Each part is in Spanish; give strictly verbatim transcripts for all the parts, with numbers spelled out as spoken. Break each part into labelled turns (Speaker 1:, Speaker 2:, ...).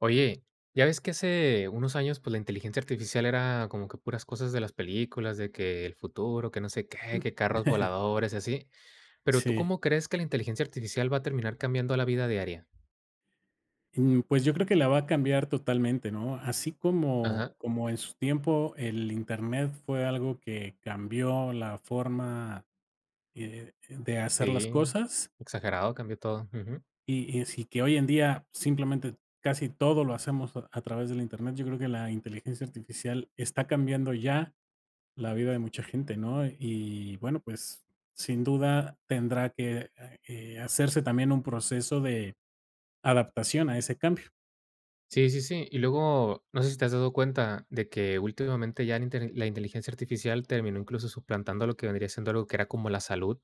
Speaker 1: Oye, ya ves que hace unos años, pues la inteligencia artificial era como que puras cosas de las películas, de que el futuro, que no sé qué, que carros voladores, y así. Pero ¿tú
Speaker 2: Sí.
Speaker 1: cómo crees que la inteligencia artificial va a terminar cambiando la vida diaria?
Speaker 2: Mm, Pues yo creo que la va a cambiar totalmente, ¿no? Así como,
Speaker 1: Ajá,
Speaker 2: como en su tiempo el Internet fue algo que cambió la forma eh, de hacer las
Speaker 1: sí,
Speaker 2: cosas
Speaker 1: exagerado, cambió todo. Ujú.
Speaker 2: y, y así que hoy en día simplemente casi todo lo hacemos a, a través del Internet, yo creo que la inteligencia artificial está cambiando ya la vida de mucha gente, ¿no? Y bueno, pues sin duda tendrá que eh, hacerse también un proceso de adaptación a ese cambio.
Speaker 1: Sí, sí, sí. Y luego, no sé si te has dado cuenta de que últimamente ya la inte- la inteligencia artificial terminó incluso suplantando lo que vendría siendo algo que era como la salud,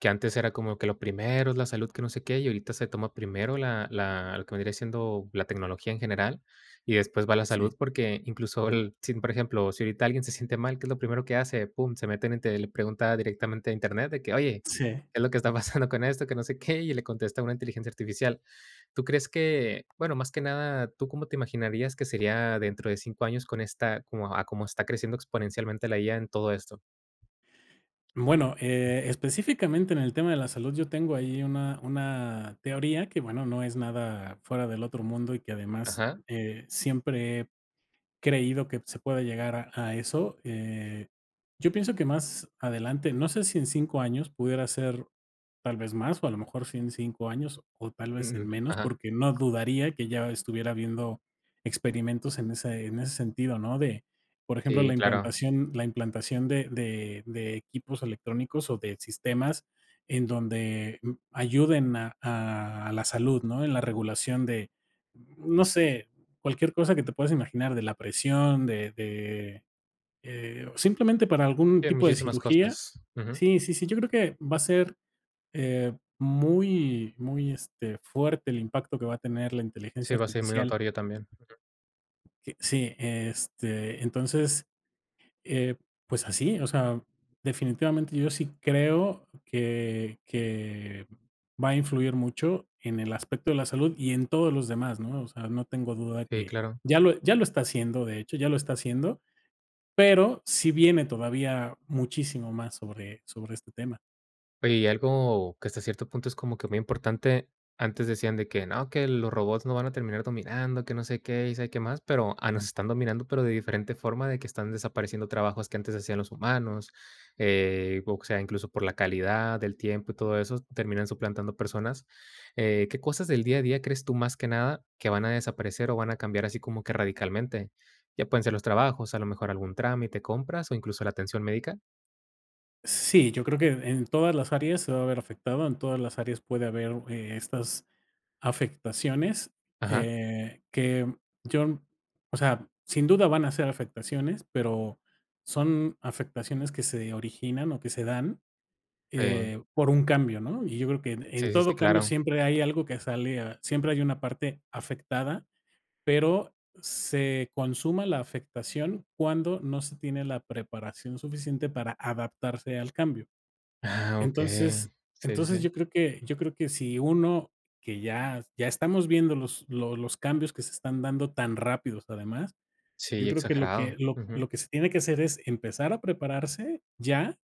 Speaker 1: que antes era como que lo primero es la salud, que no sé qué, y ahorita se toma primero la, la- lo que vendría siendo la tecnología en general, y después va la salud,
Speaker 2: Sí,
Speaker 1: porque incluso, el- si, por ejemplo, si ahorita alguien se siente mal, ¿qué es lo primero que hace? Pum, se meten y te- le pregunta directamente a internet de que, oye,
Speaker 2: sí.
Speaker 1: ¿qué es lo que está pasando con esto? Que no sé qué, y le contesta una inteligencia artificial. ¿Tú crees que, bueno, más que nada, tú cómo te imaginarías que sería dentro de cinco años con esta como a cómo está creciendo exponencialmente la I A en todo esto?
Speaker 2: Bueno, eh, específicamente en el tema de la salud, yo tengo ahí una, una teoría que, bueno, no es nada fuera del otro mundo y que además
Speaker 1: Ajá,
Speaker 2: eh, siempre creído que se pueda llegar a a eso. Eh, yo pienso que más adelante, no sé si en cinco años pudiera ser tal vez más, o a lo mejor sí en cinco años, o tal vez en
Speaker 1: mm,
Speaker 2: menos,
Speaker 1: ajá,
Speaker 2: porque no dudaría que ya estuviera viendo experimentos en ese en ese sentido, ¿no? De, por ejemplo, la
Speaker 1: sí, claro.
Speaker 2: implantación la implantación de de de equipos electrónicos o de sistemas en donde, mm, ayuden a a a la salud, ¿no? En la regulación de, no sé, cualquier cosa que te puedas imaginar, de la presión, de de, eh, o simplemente para algún
Speaker 1: Sí, en
Speaker 2: tipo de
Speaker 1: muchísimas
Speaker 2: cirugía.
Speaker 1: cosas, ujú.
Speaker 2: Sí, sí, sí, yo creo que va a ser, eh, muy, muy, este, fuerte el impacto que va a tener la inteligencia
Speaker 1: Sí, va a ser muy
Speaker 2: artificial,
Speaker 1: notorio también.
Speaker 2: que sí, este, entonces, eh, pues así, o sea, definitivamente yo sí creo que que va a influir mucho en el aspecto de la salud y en todos los demás, ¿no? O sea, no tengo duda
Speaker 1: Sí,
Speaker 2: que
Speaker 1: claro.
Speaker 2: ya lo ya lo está haciendo, de hecho, ya lo está haciendo, pero sí viene todavía muchísimo más sobre sobre este tema.
Speaker 1: Oye, y algo que hasta cierto punto es como que muy importante, antes decían de que no, que los robots no van a terminar dominando, que no sé qué y sabe qué más, pero ah, nos están dominando, pero de diferente forma, de que están desapareciendo trabajos que antes hacían los humanos, eh, o sea, incluso por la calidad del tiempo y todo eso, terminan suplantando personas. Eh, ¿qué cosas del día a día crees tú más que nada que van a desaparecer o van a cambiar así como que radicalmente? Ya pueden ser los trabajos, a lo mejor algún trámite, compras o incluso la atención médica.
Speaker 2: Sí, yo creo que en todas las áreas se va a ver afectado, en todas las áreas puede haber, eh, estas afectaciones,
Speaker 1: Ajá,
Speaker 2: eh, que yo, o sea, sin duda van a ser afectaciones, pero son afectaciones que se originan o que se dan,
Speaker 1: eh,
Speaker 2: eh, por un cambio, ¿no? Y yo creo que en en
Speaker 1: sí, sí, sí,
Speaker 2: todo cambio
Speaker 1: claro.
Speaker 2: siempre hay algo que sale a siempre hay una parte afectada, pero se consuma la afectación cuando no se tiene la preparación suficiente para adaptarse al cambio.
Speaker 1: Ah,
Speaker 2: Entonces
Speaker 1: okey. Sí, sí,
Speaker 2: entonces
Speaker 1: sí.
Speaker 2: yo creo que yo creo que si uno que ya ya estamos viendo los lo los cambios que se están dando tan rápidos, además,
Speaker 1: Sí,
Speaker 2: yo creo que lo que
Speaker 1: exagerado.
Speaker 2: lo
Speaker 1: Ujú,
Speaker 2: lo que se tiene que hacer es empezar a prepararse ya.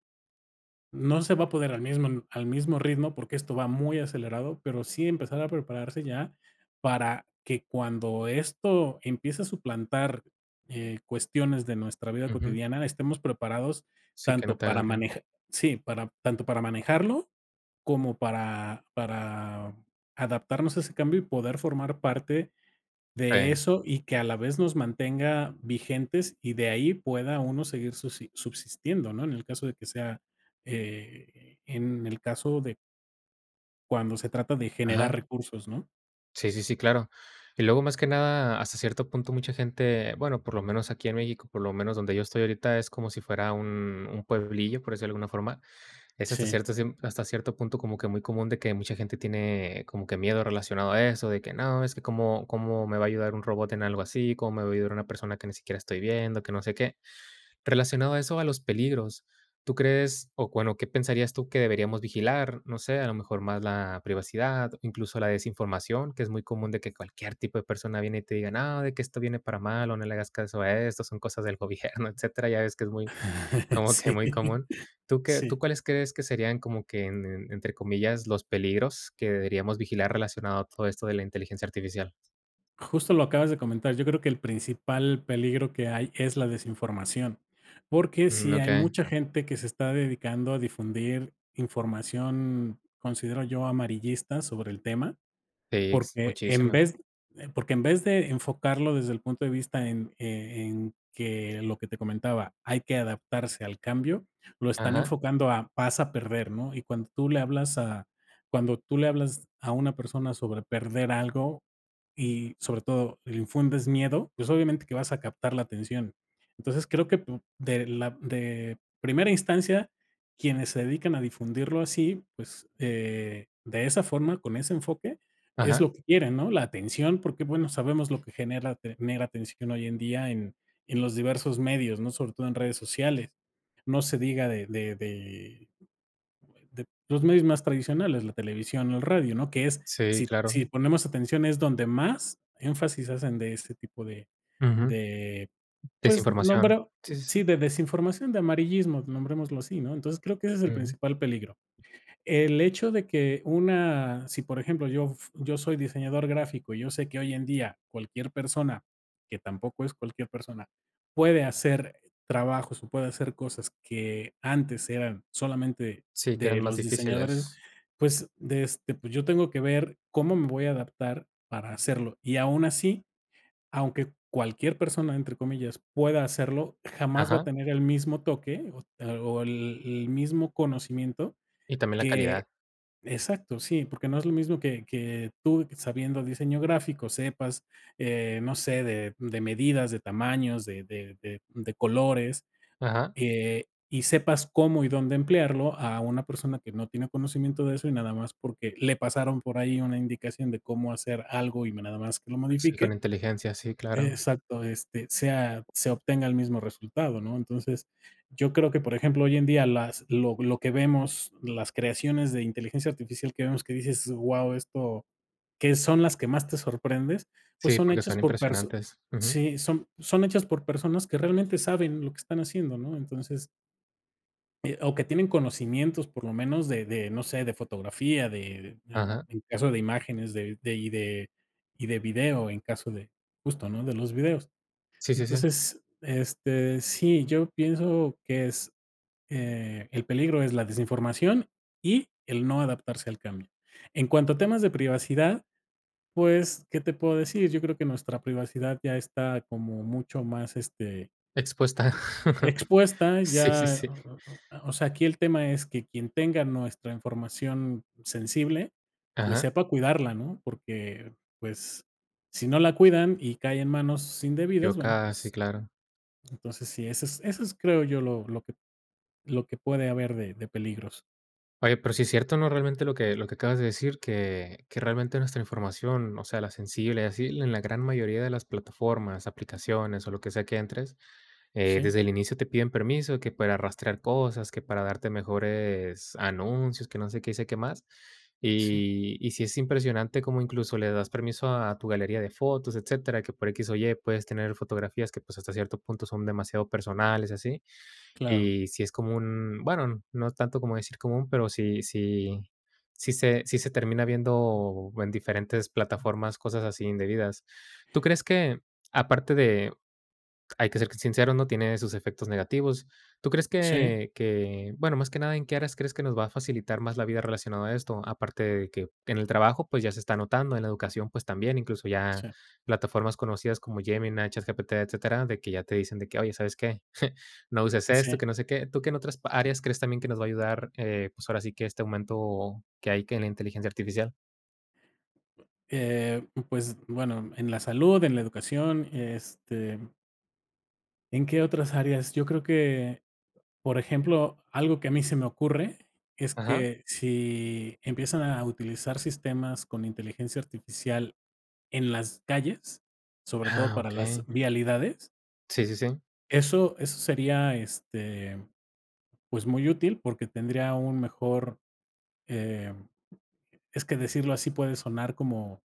Speaker 2: No se va a poder al mismo al mismo ritmo, porque esto va muy acelerado, pero sí empezar a prepararse ya para que cuando esto empiece a suplantar, eh, cuestiones de nuestra vida
Speaker 1: ujú.
Speaker 2: cotidiana, estemos preparados
Speaker 1: Sí, que no
Speaker 2: tanto
Speaker 1: te
Speaker 2: para
Speaker 1: agarre.
Speaker 2: manejar sí, para tanto para manejarlo como para para adaptarnos a ese cambio y poder formar parte
Speaker 1: Sí.
Speaker 2: de eso, y que a la vez nos mantenga vigentes, y de ahí pueda uno seguir subsi subsistiendo, ¿no? En el caso de que sea, eh, en el caso de cuando se trata de generar
Speaker 1: Ajá.
Speaker 2: recursos, ¿no?
Speaker 1: Sí, sí, sí, claro. Y luego, más que nada, hasta cierto punto, mucha gente, bueno, por lo menos aquí en México, por lo menos donde yo estoy ahorita, es como si fuera un un pueblillo, por decirlo de alguna forma. Es hasta
Speaker 2: Sí,
Speaker 1: cierto ciem hasta cierto punto como que muy común de que mucha gente tiene como que miedo relacionado a eso, de que: "No, es que cómo cómo me va a ayudar un robot en algo así, cómo me va a ayudar una persona que ni siquiera estoy viendo, que no sé qué". Relacionado a eso, a los peligros, ¿tú crees, o bueno, qué pensarías tú que deberíamos vigilar? No sé, a lo mejor más la privacidad, o incluso la desinformación, que es muy común de que cualquier tipo de persona viene y te diga, no, de que esto viene para mal, o no le hagas caso a esto, son cosas del gobierno, etcétera. Ya ves que es muy, como que
Speaker 2: sí,
Speaker 1: muy común. ¿Tú qué, tú
Speaker 2: sí.
Speaker 1: cuáles crees que serían como que, en- en- entre comillas, los peligros que deberíamos vigilar relacionado a todo esto de la inteligencia artificial?
Speaker 2: Justo lo acabas de comentar. Yo creo que el principal peligro que hay es la desinformación, porque
Speaker 1: Mm,
Speaker 2: si
Speaker 1: ok,
Speaker 2: hay mucha gente que se está dedicando a difundir información, considero yo, amarillista sobre el tema.
Speaker 1: sí, ex-
Speaker 2: Porque en
Speaker 1: muchísimo.
Speaker 2: vez eh, porque en vez de enfocarlo desde el punto de vista en eh, en que lo que te comentaba, hay que adaptarse al cambio, lo están
Speaker 1: Ajá,
Speaker 2: enfocando a vas a perder, ¿no? Y cuando tú le hablas a cuando tú le hablas a una persona sobre perder algo y, sobre todo, le infundes miedo, pues, obviamente que vas a captar la atención. Entonces, creo que pu de la de primera instancia, quienes se dedican a difundirlo así, pues, eh, de esa forma, con ese enfoque, es
Speaker 1: ajá,
Speaker 2: lo que quieren, ¿no? La atención, porque, bueno, sabemos lo que genera tener atención hoy en día en en los diversos medios, ¿no? Sobre todo en redes sociales. No se diga de de de de los medios más tradicionales, la televisión, el radio, ¿no? Que es,
Speaker 1: sí,
Speaker 2: si
Speaker 1: claro.
Speaker 2: si ponemos atención, es donde más énfasis hacen de ese tipo de
Speaker 1: Ujú.
Speaker 2: de, pues,
Speaker 1: Desinformación.
Speaker 2: nombra
Speaker 1: Sí, sí, sí.
Speaker 2: sí, de desinformación, de amarillismo, nombrémoslo así, ¿no? Entonces, creo que ese es el
Speaker 1: Ujú.
Speaker 2: principal peligro. El hecho de que una si, por ejemplo, yo f yo soy diseñador gráfico y yo sé que hoy en día cualquier persona, que tampoco es cualquier persona, puede hacer trabajos o puede hacer cosas que antes eran solamente
Speaker 1: Sí, que eran
Speaker 2: de
Speaker 1: más
Speaker 2: los diseñadores,
Speaker 1: difíciles.
Speaker 2: pues, de este, pues, yo tengo que ver cómo me voy a adaptar para hacerlo. Y aún así, aunque cualquier persona, entre comillas, pueda hacerlo, jamás va a
Speaker 1: Ajá.
Speaker 2: tener el mismo toque o o el el mismo conocimiento
Speaker 1: Y también la
Speaker 2: que
Speaker 1: calidad.
Speaker 2: exacto, sí, porque no es lo mismo que que tú sabiendo diseño gráfico sepas, eh, no sé, de de medidas, de tamaños, de de de de colores,
Speaker 1: Ajá.
Speaker 2: eh, y sepas cómo y dónde emplearlo a una persona que no tiene conocimiento de eso y nada más porque le pasaron por ahí una indicación de cómo hacer algo y nada más que lo
Speaker 1: Sí, con
Speaker 2: modifique,
Speaker 1: inteligencia, sí, claro.
Speaker 2: exacto, este, sea se obtenga el mismo resultado, ¿no? Entonces, yo creo que, por ejemplo, hoy en día las lo lo que vemos, las creaciones de inteligencia artificial que vemos que dices: "Guau, esto", que son las que más te sorprendes, pues
Speaker 1: Sí,
Speaker 2: son
Speaker 1: porque
Speaker 2: hechas
Speaker 1: son
Speaker 2: por perso
Speaker 1: impresionantes. Ujú.
Speaker 2: sí, son son hechas por personas que realmente saben lo que están haciendo, ¿no? Entonces, o que tienen conocimientos, por lo menos, de de, no sé, de fotografía, de de
Speaker 1: Ajá.
Speaker 2: en caso de imágenes, de de y de y de video, en caso de justo, ¿no?, de los videos.
Speaker 1: Sí, sí, sí.
Speaker 2: Entonces, este, sí, yo pienso que es, eh, el peligro es la desinformación y el no adaptarse al cambio. En cuanto a temas de privacidad, pues, ¿qué te puedo decir? Yo creo que nuestra privacidad ya está como mucho más, este,
Speaker 1: Expuesta.
Speaker 2: expuesta,
Speaker 1: Sí, sí,
Speaker 2: ya,
Speaker 1: sí.
Speaker 2: o sea, aquí el tema es que quien tenga nuestra información sensible, pues,
Speaker 1: Ajá.
Speaker 2: sepa cuidarla, ¿no? Porque, pues, si no la cuidan y cae en manos indebidas, bueno,
Speaker 1: Equivocada, sí,
Speaker 2: pues
Speaker 1: claro.
Speaker 2: entonces, sí, eso es eso es, creo yo, lo lo que lo que puede haber de de peligros.
Speaker 1: Oye, pero sí es cierto, ¿no? Realmente lo que lo que acabas de decir, que que realmente nuestra información, o sea, la sensible y así, en la gran mayoría de las plataformas, aplicaciones o lo que sea que entres, eh,
Speaker 2: Sí,
Speaker 1: desde el inicio te piden permiso, que para rastrear cosas, que para darte mejores anuncios, que no sé qué y sé qué más.
Speaker 2: sí,
Speaker 1: Y y sí es impresionante cómo incluso le das permiso a tu galería de fotos, etcétera, que por equis o ye puedes tener fotografías que, pues, hasta cierto punto son demasiado personales así.
Speaker 2: claro.
Speaker 1: Y sí es común, bueno, no tanto como decir común, pero sí sí sí se sí se termina viendo en diferentes plataformas cosas así indebidas. ¿Tú crees que, aparte de hay que ser sinceros, ¿no? Tiene sus efectos negativos. ¿Tú crees
Speaker 2: Sí,
Speaker 1: que que, bueno, más que nada, en qué áreas crees que nos va a facilitar más la vida relacionado a esto? Aparte de que en el trabajo, pues, ya se está notando, en la educación, pues, también, incluso ya
Speaker 2: sí,
Speaker 1: plataformas conocidas como Gemini, ChatGPT, etcétera, de que ya te dicen de que: "Oye, ¿sabes qué? No uses esto,
Speaker 2: sí,
Speaker 1: que no sé qué". ¿Tú qué en otras pa
Speaker 2: sí.
Speaker 1: áreas crees también que nos va a ayudar, eh, pues, ahora sí que este aumento que hay que en la inteligencia artificial?
Speaker 2: Eh, pues, bueno, en la salud, en la educación, este, ¿en qué otras áreas? Yo creo que, por ejemplo, algo que a mí se me ocurre es
Speaker 1: Ajá.
Speaker 2: que si empiezan a utilizar sistemas con inteligencia artificial en las calles, sobre todo
Speaker 1: Ah,
Speaker 2: para las
Speaker 1: okey.
Speaker 2: vialidades,
Speaker 1: Sí, sí, sí.
Speaker 2: eso eso sería, este pues, muy útil, porque tendría un mejor, eh, es que decirlo así puede sonar como,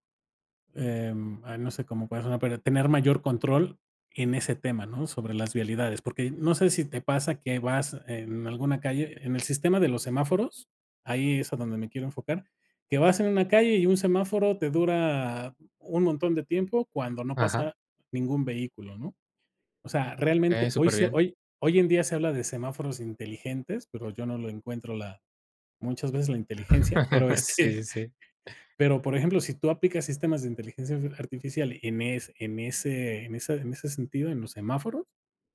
Speaker 2: em, ay, no sé cómo puede sonar, pero tener mayor control en ese tema, ¿no? Sobre las vialidades, porque no sé si te pasa que vas en alguna calle, en el sistema de los semáforos, ahí es a donde me quiero enfocar, que vas en una calle y un semáforo te dura un montón de tiempo cuando no
Speaker 1: Ajá.
Speaker 2: pasa ningún vehículo, ¿no? O sea,
Speaker 1: Eh,
Speaker 2: realmente hoy
Speaker 1: súper
Speaker 2: se
Speaker 1: bien.
Speaker 2: hoy hoy en día se habla de semáforos inteligentes, pero yo no lo encuentro la muchas veces la inteligencia, pero,
Speaker 1: Sí,
Speaker 2: este,
Speaker 1: sí, sí.
Speaker 2: pero, por ejemplo, si tú aplicas sistemas de inteligencia arti artificial en es en ese en esa en ese sentido, en los semáforos,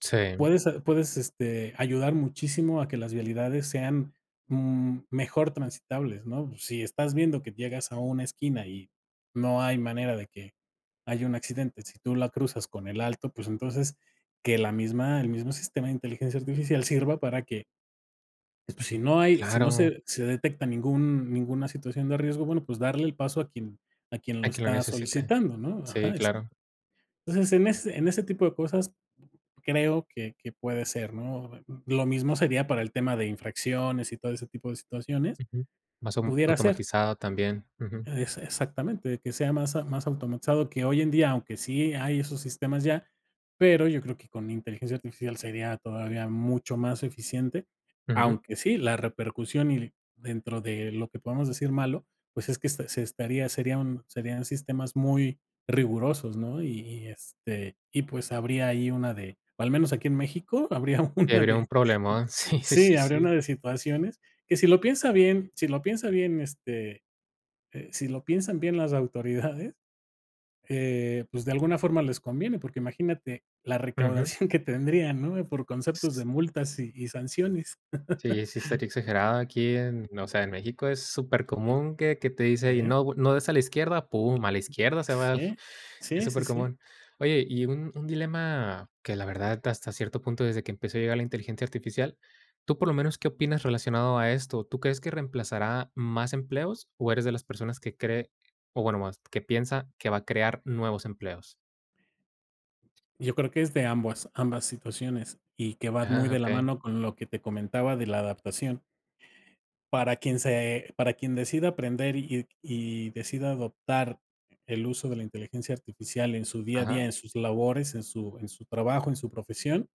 Speaker 1: Sí.
Speaker 2: puedes a puedes, este, ayudar muchísimo a que las vialidades sean, mm, mejor transitables, ¿no? Si estás viendo que llegas a una esquina y no hay manera de que haya un accidente, si tú la cruzas con el alto, pues, entonces, que la misma el mismo sistema de inteligencia artificial sirva para que si no hay si no
Speaker 1: Claro,
Speaker 2: se se detecta ningún ninguna situación de riesgo, bueno, pues darle el paso a quien a quien lo
Speaker 1: hay quien lo
Speaker 2: está
Speaker 1: necesite.
Speaker 2: solicitando, ¿no?
Speaker 1: Sí,
Speaker 2: Ajá, exacto.
Speaker 1: claro.
Speaker 2: Entonces, en ese en ese tipo de cosas creo que que puede ser, ¿no? Lo mismo sería para el tema de infracciones y todo ese tipo de situaciones,
Speaker 1: Ujú. Más au
Speaker 2: pudiera ser.
Speaker 1: automatizado también. Ujú,
Speaker 2: Es exactamente, que sea más a más automatizado, que hoy en día, aunque sí hay esos sistemas ya, pero yo creo que con inteligencia artificial sería todavía mucho más eficiente,
Speaker 1: ujú.
Speaker 2: aunque sí, la repercusión y dentro de lo que podamos decir malo, pues es que esta se estaría serían serían sistemas muy rigurosos, ¿no? Y y, este, y pues habría ahí una de o al menos aquí en México, habría
Speaker 1: Y
Speaker 2: una
Speaker 1: habría un
Speaker 2: de
Speaker 1: problema. Sí, sí,
Speaker 2: sí,
Speaker 1: sí,
Speaker 2: habría una
Speaker 1: sí.
Speaker 2: de situaciones que si lo piensa bien si lo piensa bien, este, eh, si lo piensan bien las autoridades, eh, pues de alguna forma les conviene, porque imagínate la
Speaker 1: Ujú.
Speaker 2: recaudación que tendrían, ¿no? Por conceptos de multas y, y sanciones.
Speaker 1: Sí, sí estaría exagerado aquí en, o sea, en México es súper común que que te dice: "Y
Speaker 2: ¿Eh?
Speaker 1: no, no des a la izquierda", pum, a la izquierda se va.
Speaker 2: Sí,
Speaker 1: Es
Speaker 2: sí, sí,
Speaker 1: súper
Speaker 2: sí.
Speaker 1: común. Oye, y un un dilema que la verdad hasta cierto punto desde que empezó a llegar la inteligencia artificial, ¿tú por lo menos qué opinas relacionado a esto? ¿Tú crees que reemplazará más empleos o eres de las personas que cree o bueno, más que piensa que va a crear nuevos empleos?
Speaker 2: Yo creo que es de ambas, ambas situaciones y que va muy
Speaker 1: Ah,
Speaker 2: de la
Speaker 1: okey.
Speaker 2: mano con lo que te comentaba de la adaptación. Para quien se, para quien decida aprender y, y decida adoptar el uso de la inteligencia artificial en su día a día,
Speaker 1: Ajá.
Speaker 2: en sus labores, en su, en su trabajo, en su profesión,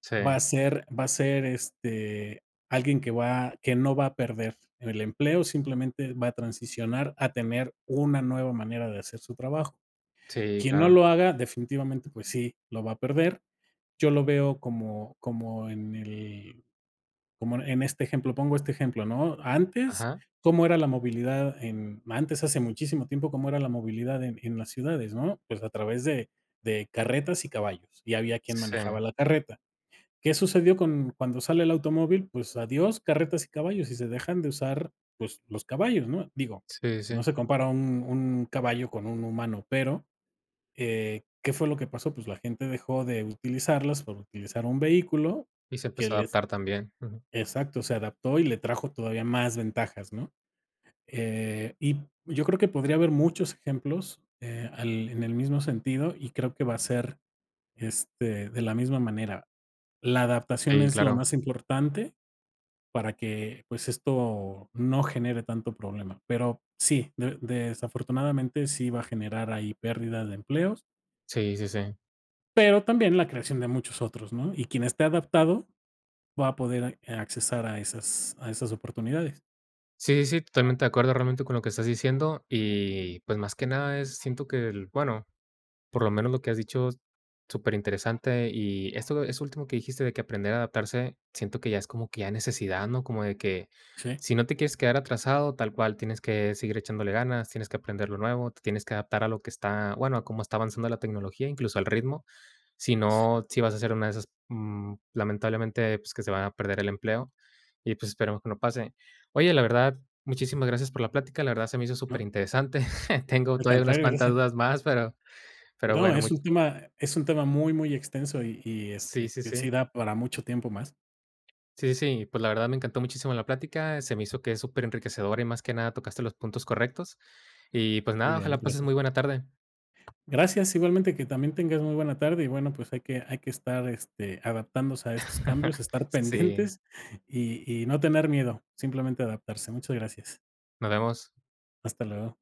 Speaker 1: Sí,
Speaker 2: va a ser va a ser, este, alguien que va que no va a perder el empleo, simplemente va a transicionar a tener una nueva manera de hacer su trabajo.
Speaker 1: sí,
Speaker 2: Quien no
Speaker 1: claro.
Speaker 2: lo haga, definitivamente, pues sí, lo va a perder. Yo lo veo como como en el como en este ejemplo, pongo este ejemplo, ¿no? Antes,
Speaker 1: Ajá.
Speaker 2: ¿cómo era la movilidad en antes, hace muchísimo tiempo, cómo era la movilidad en en las ciudades, no? Pues a través de de carretas y caballos, y había quien
Speaker 1: Sí,
Speaker 2: manejaba la carreta. ¿Qué sucedió con cuando sale el automóvil? Pues adiós, carretas y caballos, y se dejan de usar, pues, los caballos, ¿no? Digo,
Speaker 1: sí,
Speaker 2: no
Speaker 1: sí.
Speaker 2: se compara un un caballo con un humano, pero, eh, ¿qué fue lo que pasó? Pues, la gente dejó de utilizarlas por utilizar un vehículo
Speaker 1: Y se
Speaker 2: que
Speaker 1: empezó a
Speaker 2: les
Speaker 1: adaptar también. Ujú.
Speaker 2: exacto, se adaptó y le trajo todavía más ventajas, ¿no? Eh, y yo creo que podría haber muchos ejemplos, eh, al en el mismo sentido, y creo que va a ser, este, de la misma manera. La adaptación
Speaker 1: Sí,
Speaker 2: es lo
Speaker 1: claro.
Speaker 2: más importante para que, pues, esto no genere tanto problema. Pero sí, de desafortunadamente sí va a generar ahí pérdidas de empleos,
Speaker 1: Sí, sí, sí.
Speaker 2: pero también la creación de muchos otros, ¿no? Y quien esté adaptado va a poder a accesar a esas a esas oportunidades.
Speaker 1: Sí, sí, sí, totalmente de acuerdo realmente con lo que estás diciendo. Y pues más que nada es, siento que el, bueno, por lo menos lo que has dicho, súper interesante. Y esto, es último que dijiste de que aprender a adaptarse, siento que ya es como que ya necesidad, ¿no? Como de que
Speaker 2: Sí,
Speaker 1: si no te quieres quedar atrasado, tal cual, tienes que seguir echándole ganas, tienes que aprender lo nuevo, te tienes que adaptar a lo que está, bueno, a cómo está avanzando la tecnología, incluso al ritmo. Si
Speaker 2: sí,
Speaker 1: no, sí vas a ser una de esas, mm, lamentablemente, pues, que se van a perder el empleo y, pues, esperemos que no pase. Oye, la verdad, muchísimas gracias por la plática, la verdad se me hizo súper
Speaker 2: no,
Speaker 1: interesante. Tengo
Speaker 2: al
Speaker 1: todavía unas
Speaker 2: contrario, gracias
Speaker 1: cuantas
Speaker 2: a ti.
Speaker 1: dudas más, pero pero
Speaker 2: No,
Speaker 1: bueno,
Speaker 2: es
Speaker 1: much
Speaker 2: un tema es un tema muy, muy extenso y y,
Speaker 1: sí,
Speaker 2: este,
Speaker 1: sí,
Speaker 2: que sí
Speaker 1: sí.
Speaker 2: da para mucho tiempo más.
Speaker 1: Sí, sí, sí, pues, la verdad me encantó muchísimo la plática, se me hizo que es superenriquecedora y más que nada tocaste los puntos correctos. Y, pues,
Speaker 2: Muy
Speaker 1: nada,
Speaker 2: bien,
Speaker 1: ojalá pases
Speaker 2: gracias.
Speaker 1: muy buena tarde.
Speaker 2: Gracias, igualmente que también tengas muy buena tarde y bueno, pues hay que, hay que estar este, adaptándose a estos cambios, estar
Speaker 1: Sí,
Speaker 2: pendientes y, y no tener miedo, simplemente adaptarse. Muchas gracias.
Speaker 1: nos vemos.
Speaker 2: Hasta luego.